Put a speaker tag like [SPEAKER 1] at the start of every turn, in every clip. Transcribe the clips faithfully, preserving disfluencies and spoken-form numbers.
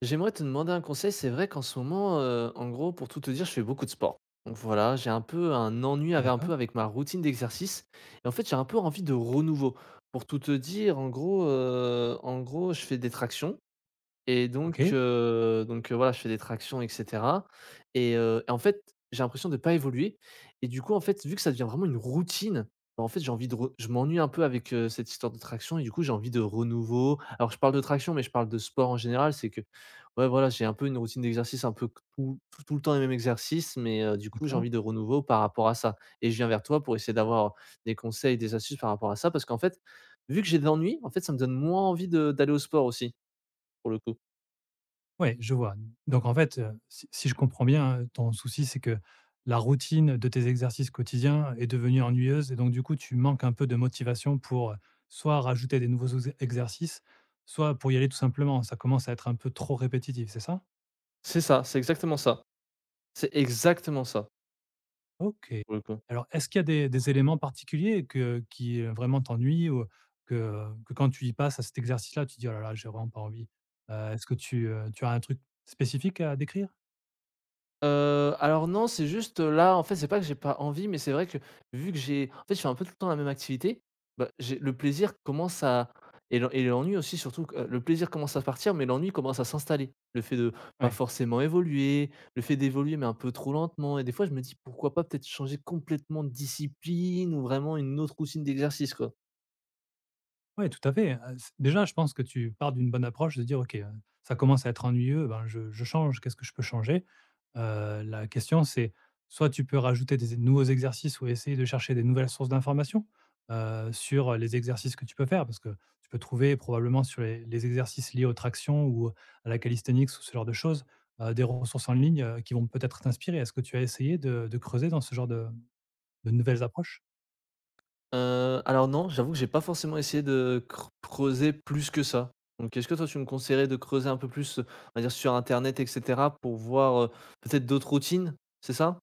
[SPEAKER 1] J'aimerais te demander un conseil. C'est vrai qu'en ce moment, heu, en gros, pour tout te dire, je fais beaucoup de sport. Donc voilà, j'ai un peu un ennui avec un peu
[SPEAKER 2] D'accord,
[SPEAKER 1] avec ma routine d'exercice et en fait, j'ai un peu envie de renouveau. Pour tout te dire, en gros, heu, en gros, je fais des tractions. Et donc
[SPEAKER 2] OK,
[SPEAKER 1] heu, donc heu, voilà, je fais des tractions et cetera et heu et en fait, j'ai l'impression de pas évoluer et du coup, en fait, vu que ça devient vraiment une routine, bah, en fait, j'ai envie de re je m'ennuie un peu avec, heu, cette histoire de traction et du coup, j'ai envie de renouveau. Alors je parle de traction, mais je parle de sport en général, c'est que, ouais, voilà, j'ai un peu une routine d'exercice un peu tout tout tout le temps les mêmes exercices, mais heu, du coup, j'ai
[SPEAKER 2] d'accord.
[SPEAKER 1] envie de renouveau par rapport à ça et je viens vers toi pour essayer d'avoir des conseils, des astuces par rapport à ça parce qu'en fait, vu que j'ai de l'ennui, en fait, ça me donne moins envie de d'aller au sport aussi, pour le coup.
[SPEAKER 2] Ouais, je vois. Donc en fait, heu, si si je comprends bien, heu, ton souci, c'est que la routine de tes exercices quotidiens est devenue ennuyeuse et donc du coup, tu manques un peu de motivation pour, heu, soit rajouter des nouveaux ex exercices, soit pour y aller tout simplement. Ça commence à être un peu trop répétitif, c'est ça?
[SPEAKER 1] C'est ça, c'est exactement ça. C'est exactement ça,
[SPEAKER 2] OK.
[SPEAKER 1] pour le coup.
[SPEAKER 2] Alors est-ce qu'il y a des des éléments particuliers que qui, heu, vraiment t'ennuient ou que que quand tu y passes à cet exercice-là, tu dis: «Oh là là, j'ai vraiment pas envie». Heu, est-ce que tu, heu, tu as un truc spécifique à décrire?
[SPEAKER 1] Heu, alors non, c'est juste, heu, là, en fait, c'est pas que j'ai pas envie, mais c'est vrai que vu que j'ai en fait, je fais un peu tout le temps la même activité, bah, j'ai le plaisir commence à et l'en et l'ennui aussi surtout que, le plaisir commence à partir, mais l'ennui commence à s'installer. Le fait de pas
[SPEAKER 2] Ouais.
[SPEAKER 1] forcément évoluer, le fait d'évoluer, mais un peu trop lentement et des fois, je me dis: «Pourquoi pas peut-être changer complètement de discipline ou vraiment une autre routine d'exercice, quoi?»
[SPEAKER 2] Ouais, tout à fait, heu, c déjà, je pense que tu pars d'une bonne approche de dire: «OK, heu, ça commence à être ennuyeux, ben, je je change, qu'est-ce que je peux changer?» Heu, la question, c'est soit tu peux rajouter des nouveaux exercices ou essayer de chercher des nouvelles sources d'informations, heu, sur les exercices que tu peux faire parce que tu peux trouver probablement sur les les exercices liés aux tractions ou à la calisthenics ou ce genre de choses, heu, des ressources en ligne, heu, qui vont peut-être t'inspirer. Est-ce que tu as essayé de de creuser dans ce genre de de nouvelles approches?
[SPEAKER 1] Heu, alors non, j'avoue que j'ai pas forcément essayé de cre creuser plus que ça. Donc est-ce que toi, tu me conseillerais de creuser un peu plus, on va dire sur internet et cetera pour voir, heu, peut-être d'autres routines, c'est ça?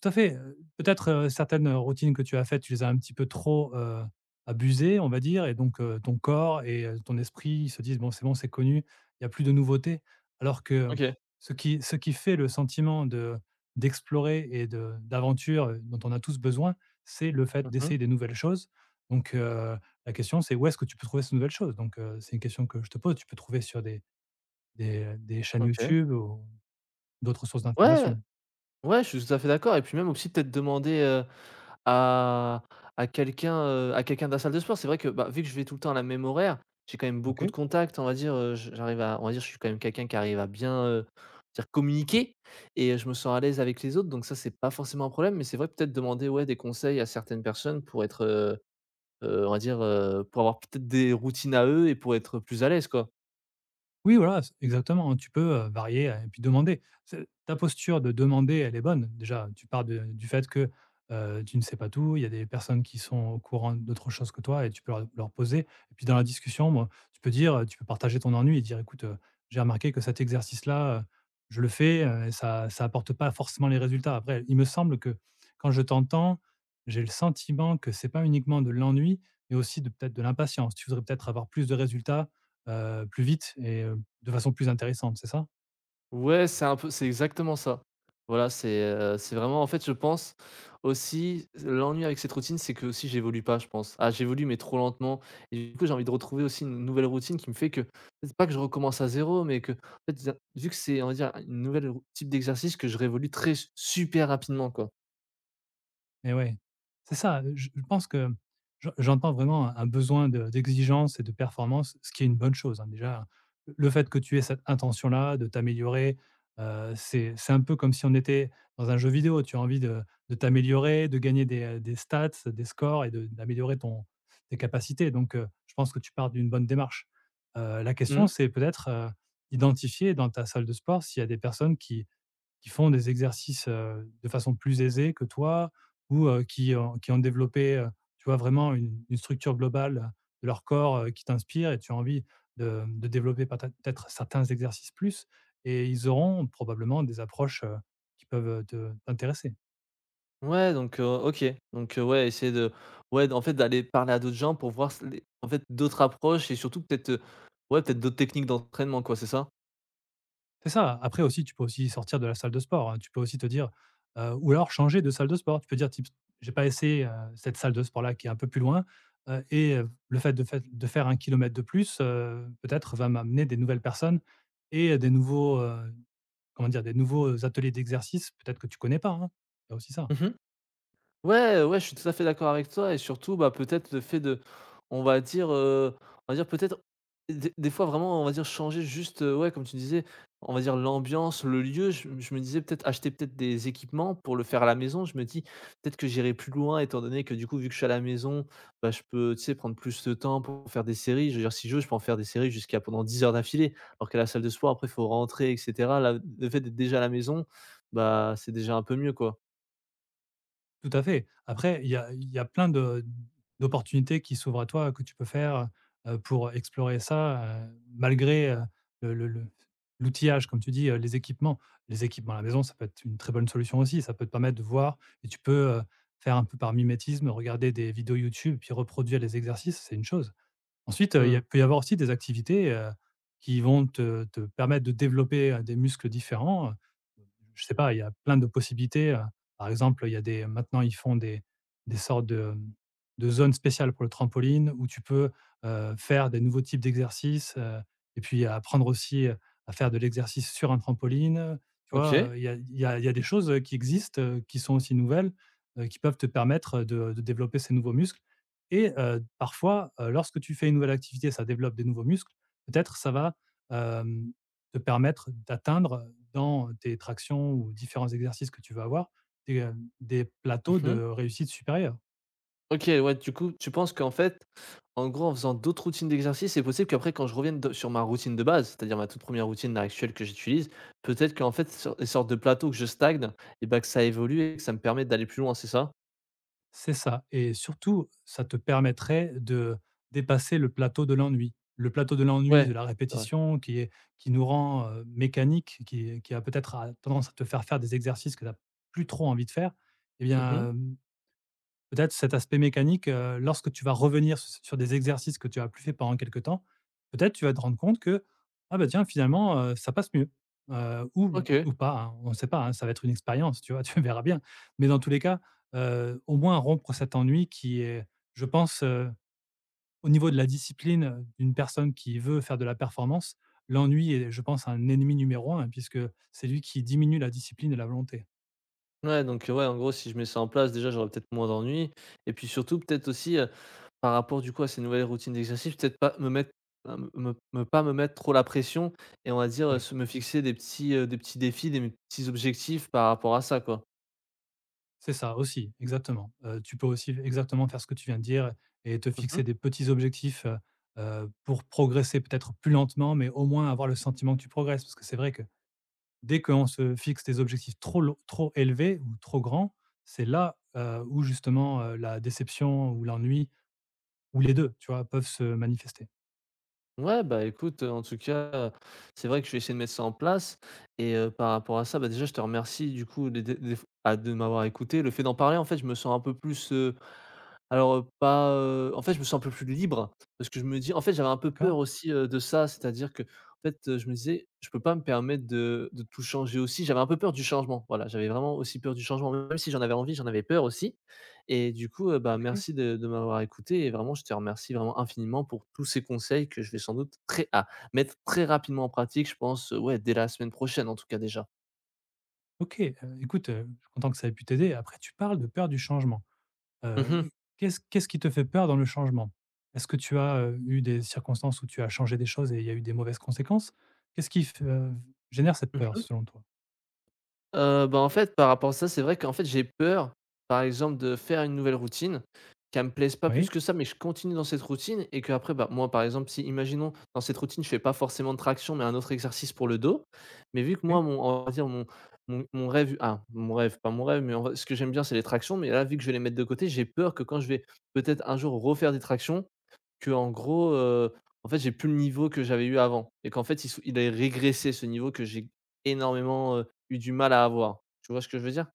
[SPEAKER 2] Tout à fait, heu, peut-être, heu, certaines routines que tu as faites, tu les as un petit peu trop, heu, abusées, on va dire, et donc heu, ton corps et heu, ton esprit, ils se disent: «Bon, c'est bon, c'est connu, il y a plus de nouveautés». Alors que
[SPEAKER 1] OK.
[SPEAKER 2] ce qui ce qui fait le sentiment de d'explorer et de d'aventure, heu, dont on a tous besoin, c'est le fait
[SPEAKER 1] Mmh.
[SPEAKER 2] d'essayer des nouvelles choses. Donc heu, la question, c'est où est-ce que tu peux trouver ces nouvelles choses? Donc heu, c'est une question que je te pose, tu peux trouver sur des des, des chaînes
[SPEAKER 1] OK.
[SPEAKER 2] YouTube ou d'autres sources
[SPEAKER 1] Ouais,
[SPEAKER 2] d'informations,
[SPEAKER 1] ouais, je suis tout à fait d'accord et puis même aussi peut-être demander, euh, à à quelqu'un, heu, à quelqu'un de la salle de sport. C'est vrai que, bah, vu que je vais tout le temps à la même horaire, j'ai quand même beaucoup de
[SPEAKER 2] OK?
[SPEAKER 1] contacts, on va dire, heu, j j'arrive à on va dire, je suis quand même quelqu'un qui arrive à bien, heu, dire communiquer et je me sens à l'aise avec les autres, donc ça, c'est pas forcément un problème, mais c'est vrai peut-être demander, ouais, des conseils à certaines personnes pour être, heu heu, on va dire, heu, pour avoir peut-être des routines à eux et pour être plus à l'aise, quoi.
[SPEAKER 2] Oui, voilà, c exactement, tu peux, heu, varier, heu, et puis demander. C'est ta posture de demander, elle est bonne. Déjà, tu pars de du fait que, heu, tu ne sais pas tout, il y a des personnes qui sont au courant d'autres choses que toi et tu peux leur leur poser, et puis dans la discussion, moi, tu peux dire, heu, tu peux partager ton ennui et dire: «Écoute, heu, j'ai remarqué que cet exercice-là, heu, je le fais, heu, et ça ça apporte pas forcément les résultats». Après, il me semble que quand je t'entends, j'ai le sentiment que c'est pas uniquement de l'ennui, mais aussi de peut-être de l'impatience. Tu voudrais peut-être avoir plus de résultats, heu, plus vite et heu de façon plus intéressante, c'est ça?
[SPEAKER 1] Ouais, c'est un peu c'est exactement ça. Voilà, c'est, heu, c'est vraiment en fait, je pense aussi l'ennui avec cette routine, c'est que aussi, j'évolue pas, je pense. Ah, j'évolue mais trop lentement et du coup, j'ai envie de retrouver aussi une nouvelle routine qui me fait que c'est pas que je recommence à zéro, mais que, en fait, vu que c'est, on va dire, une nouvelle rou type d'exercice que je révolue très super rapidement, quoi.
[SPEAKER 2] Et ouais, c'est ça, je je pense que j'en j'entends vraiment un un besoin de d'exigence et de performance, ce qui est une bonne chose, hein. Déjà, le fait que tu aies cette intention-là de t'améliorer, heu, c'est c'est un peu comme si on était dans un jeu vidéo. Tu as envie de de t'améliorer, de gagner des, heu, des stats, des scores, et de d'améliorer ton tes capacités, donc heu, je pense que tu pars d'une bonne démarche. Heu, la question,
[SPEAKER 1] Mmh.
[SPEAKER 2] c'est peut-être, heu, identifier dans ta salle de sport s'il y a des personnes qui qui font des exercices, heu, de façon plus aisée que toi, ou heu, qui ont qui ont développé, heu, tu vois, vraiment une une structure globale de leur corps, heu, qui t'inspire, et tu as envie de de développer peut peut-être certains exercices plus, et ils auront probablement des approches, heu, qui peuvent te t'intéresser.
[SPEAKER 1] Ouais, donc heu, OK. Donc heu, ouais, essayer de ouais, en fait, d'aller parler à d'autres gens pour voir s les en fait, d'autres approches et surtout peut-être, heu, ouais, peut-être d'autres techniques d'entraînement, quoi, c'est ça?
[SPEAKER 2] C'est ça. Après aussi, tu peux aussi sortir de la salle de sport, hein. Tu peux aussi te dire, heu ou alors changer de salle de sport. Tu peux dire type: «J'ai pas essayé, heu, cette salle de sport là qui est un peu plus loin, heu et heu, le fait de fait de faire un kilomètre de plus, heu, peut-être va m'amener des nouvelles personnes et des nouveaux, heu, comment dire? Des nouveaux ateliers d'exercices peut-être que tu connais pas, hein». Il y a aussi ça.
[SPEAKER 1] Mmh. Ouais, ouais, je suis tout à fait d'accord avec toi et surtout, bah, peut-être le fait de on va dire, heu, on va dire peut-être des des fois vraiment, on va dire changer juste, heu, ouais, comme tu disais, on va dire l'ambiance, le lieu. Je je me disais peut-être acheter peut-être des équipements pour le faire à la maison. Je me dis: «Peut-être que j'irai plus loin» étant donné que du coup, vu que je suis à la maison, bah, je peux, tu sais, prendre plus de temps pour faire des séries. Je veux dire, si je veux, je peux en faire des séries jusqu'à pendant dix heures d'affilée. Alors qu'à la salle de sport, après, il faut rentrer et cetera. Là, le fait d'être déjà à la maison, bah, c'est déjà un peu mieux, quoi.
[SPEAKER 2] Tout à fait. Après, il y a il y a plein de d'opportunités qui s'ouvrent à toi, que tu peux faire, heu, pour explorer ça, heu, malgré, heu, le le le l'outillage, comme tu dis, heu, les équipements. Les équipements à la maison, ça peut être une très bonne solution aussi. Ça peut te permettre de voir, et tu peux, heu, faire un peu par mimétisme, regarder des vidéos YouTube, puis reproduire les exercices, c'est une chose. Ensuite, heu, il y
[SPEAKER 1] Mmh.
[SPEAKER 2] a peut y avoir aussi des activités, heu, qui vont te te permettre de développer, heu, des muscles différents, je sais pas, il y a plein de possibilités. Heu, par exemple, il y a des maintenant ils font des des sortes de, mmh, de zones spéciales pour le trampoline où tu peux, heu, faire des nouveaux types d'exercices, heu et puis apprendre aussi, heu, à faire de l'exercice sur un trampoline, tu vois?
[SPEAKER 1] OK.
[SPEAKER 2] Heu, il y a il y a il y a des choses, heu, qui existent, heu, qui sont aussi nouvelles, heu, qui peuvent te permettre de de développer ces nouveaux muscles. Et heu, parfois, heu, lorsque tu fais une nouvelle activité, ça développe des nouveaux muscles. Peut-être ça va, euh, te permettre d'atteindre dans tes tractions ou différents exercices que tu vas avoir des, euh, des plateaux de
[SPEAKER 1] Mmh.
[SPEAKER 2] réussite supérieure.
[SPEAKER 1] OK, ouais, du coup, tu penses qu'en fait, en gros, en faisant d'autres routines d'exercice, c'est possible qu'après quand je revienne de sur ma routine de base, c'est-à-dire ma toute première routine là actuelle que j'utilise, peut-être qu'en fait sur des sortes de plateaux que je stagne et bah, que ça évolue et que ça me permet d'aller plus loin, c'est ça?
[SPEAKER 2] C'est ça. Et surtout, ça te permettrait de dépasser le plateau de l'ennui. Le plateau de l'ennui,
[SPEAKER 1] Ouais,
[SPEAKER 2] de la
[SPEAKER 1] ouais.
[SPEAKER 2] répétition qui est, qui nous rend euh, mécanique, qui, qui a peut-être à- tendance à te faire faire des exercices que tu n'as plus trop envie de faire. Eh bien,
[SPEAKER 1] Mmh.
[SPEAKER 2] euh, peut-être cet aspect mécanique, heu, lorsque tu vas revenir su sur des exercices que tu as plus fait pendant quelque temps, peut-être tu vas te rendre compte que: «Ah bah tiens, finalement, heu, ça passe mieux». Heu, ou
[SPEAKER 1] OK.
[SPEAKER 2] ou pas, hein, on ne sait pas, hein, ça va être une expérience, tu vois? Tu verras bien. Mais dans tous les cas, heu, au moins rompre cet ennui qui est, je pense, heu, au niveau de la discipline, heu, d'une personne qui veut faire de la performance, l'ennui est, je pense, un ennemi numéro un, hein, puisque c'est lui qui diminue la discipline et la volonté.
[SPEAKER 1] Ouais, donc ouais, en gros, si je mets ça en place, déjà, j'aurais peut-être moins d'ennuis et puis surtout peut-être aussi, par rapport du coup à ces nouvelles routines d'exercice, peut-être pas me mettre heu, me me me pas me mettre trop la pression et on va dire, heu,
[SPEAKER 2] Oui.
[SPEAKER 1] se me fixer des petits, heu, des petits défis, des petits objectifs par rapport à ça, quoi.
[SPEAKER 2] C'est ça aussi, exactement. Heu, tu peux aussi exactement faire ce que tu viens de dire et te fixer
[SPEAKER 1] Mmh.
[SPEAKER 2] des petits objectifs, heu heu, pour progresser peut-être plus lentement, mais au moins avoir le sentiment que tu progresses. Parce que c'est vrai que dès qu'on se fixe des objectifs trop lo trop élevés ou trop grands, c'est là, heu, où justement, heu, la déception ou l'ennui ou les deux, tu vois, peuvent se manifester.
[SPEAKER 1] Ouais, bah, écoute, heu, en tout cas, heu, c'est vrai que je vais essayer de mettre ça en place et heu, par rapport à ça, bah, déjà je te remercie du coup des des des f ah, de m'avoir écouté. Le fait d'en parler en fait, je me sens un peu plus, heu Alors, heu, pas, heu, en fait, je me sens un peu plus libre parce que je me dis en fait, j'avais un peu
[SPEAKER 2] D'accord?
[SPEAKER 1] peur aussi, heu, de ça, c'est-à-dire que en fait, heu, je me disais: «Je peux pas me permettre de de tout changer aussi». J'avais un peu peur du changement, voilà, j'avais vraiment aussi peur du changement, même si j'en avais envie, j'en avais peur aussi et du coup, heu, bah,
[SPEAKER 2] OK.
[SPEAKER 1] merci de de m'avoir écouté et vraiment je te remercie vraiment infiniment pour tous ces conseils que je vais sans doute très à mettre très rapidement en pratique, je pense, heu, ouais, dès la semaine prochaine en tout cas déjà.
[SPEAKER 2] OK, heu, écoute, heu, je suis content que ça ait pu t'aider. Après, tu parles de peur du changement. Heu,
[SPEAKER 1] Mmh.
[SPEAKER 2] qu'est-ce qu'est-ce qui te fait peur dans le changement? Est-ce que tu as, heu, eu des circonstances où tu as changé des choses et il y a eu des mauvaises conséquences? Qu'est-ce qui f heu, génère cette peur selon toi?
[SPEAKER 1] Heu, bah, en fait, par rapport à ça, c'est vrai qu'en fait, j'ai peur, par exemple, de faire une nouvelle routine, qu'elle me plaise pas plus
[SPEAKER 2] Oui,
[SPEAKER 1] que ça, mais je continue dans cette routine et qu'après, bah, moi, par exemple, si imaginons dans cette routine, je fais pas forcément de traction, mais un autre exercice pour le dos, mais vu que
[SPEAKER 2] OK.
[SPEAKER 1] moi, mon on va dire mon mon mon rêve ah, mon rêve, pas mon rêve, mais on va ce que j'aime bien, c'est les tractions, mais là, vu que je vais les mettre de côté, j'ai peur que quand je vais peut-être un jour refaire des tractions, que en gros, heu, en fait, j'ai plus le niveau que j'avais eu avant et qu'en fait, il sou il ait régressé ce niveau que j'ai énormément eu du mal à avoir. Tu vois ce que je veux dire?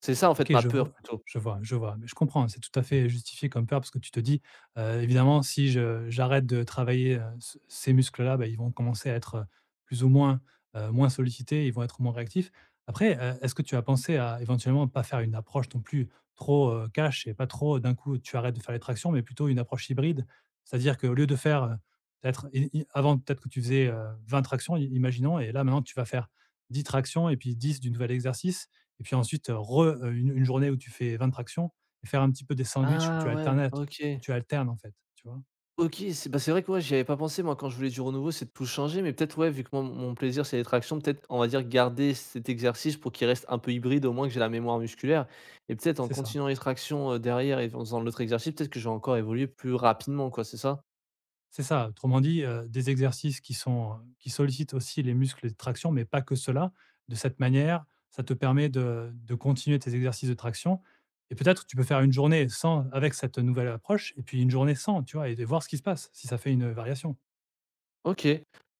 [SPEAKER 1] C'est ça en fait
[SPEAKER 2] OK,
[SPEAKER 1] ma
[SPEAKER 2] je vois
[SPEAKER 1] peur plutôt.
[SPEAKER 2] je vois je vois, mais je comprends, c'est tout à fait justifié comme peur parce que tu te dis, heu: «Évidemment, si je j'arrête de travailler, heu, ce ces muscles-là, bah, ils vont commencer à être, heu, plus ou moins, heu, moins sollicités, ils vont être moins réactifs». Après, heu, est-ce que tu as pensé à éventuellement pas faire une approche non plus trop, heu, cash et pas trop d'un coup tu arrêtes de faire les tractions, mais plutôt une approche hybride? C'est-à-dire qu'au lieu de faire, heu, peut-être i i avant peut-être que tu faisais, heu, vingt tractions, i imaginons, et là maintenant tu vas faire dix tractions et puis dix du nouvel exercice, et puis ensuite, euh, re euh, une une journée où tu fais vingt tractions, et faire un petit peu des sandwichs où tu
[SPEAKER 1] Ah ouais,
[SPEAKER 2] alternes
[SPEAKER 1] OK.
[SPEAKER 2] tu alternes en fait, tu vois?
[SPEAKER 1] OK, c'est bah, c'est vrai que ouais, j'y avais pas pensé moi quand je voulais du renouveau, c'est de tout changer, mais peut-être ouais, vu que mon mon plaisir c'est les tractions, peut-être on va dire garder cet exercice pour qu'il reste un peu hybride, au moins que j'ai la mémoire musculaire et peut-être en
[SPEAKER 2] C'est ça,
[SPEAKER 1] continuant les tractions, heu, derrière et en faisant l'autre exercice, peut-être que je encore évolué plus rapidement quoi, c'est ça?
[SPEAKER 2] c'est ça. Autrement dit, heu, des exercices qui sont, qui sollicitent aussi les muscles de traction, mais pas que cela. De cette manière, ça te permet de de continuer tes exercices de traction, et peut-être tu peux faire une journée sans avec cette nouvelle approche et puis une journée sans, tu vois? Et de voir ce qui se passe, si ça fait une variation.
[SPEAKER 1] OK.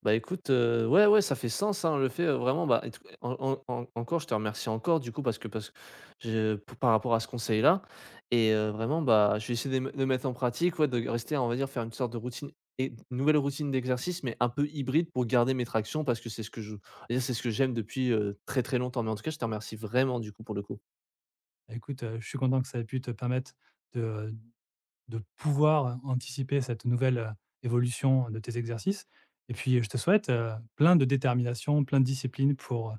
[SPEAKER 1] Bah, écoute, heu, ouais, ouais, ça fait sens, hein, le fait, heu, vraiment, bah, et t en en en encore, je te remercie encore du coup parce que parce que je p par rapport à ce conseil-là et heu, vraiment, bah, je vais essayer de me- de mettre en pratique, ouais, de rester, on va dire, faire une sorte de routine et une nouvelle routine d'exercice, mais un peu hybride pour garder mes tractions parce que c'est ce que je c'est ce que j'aime depuis, heu, très, très longtemps. Mais en tout cas, je te remercie vraiment du coup pour le coup.
[SPEAKER 2] Bah, écoute, heu, je suis content que ça ait pu te permettre de de pouvoir anticiper cette nouvelle, heu, évolution de tes exercices, et puis, je te souhaite, heu, plein de détermination, plein de discipline pour, heu,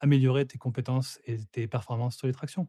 [SPEAKER 2] améliorer tes compétences et tes performances sur les tractions.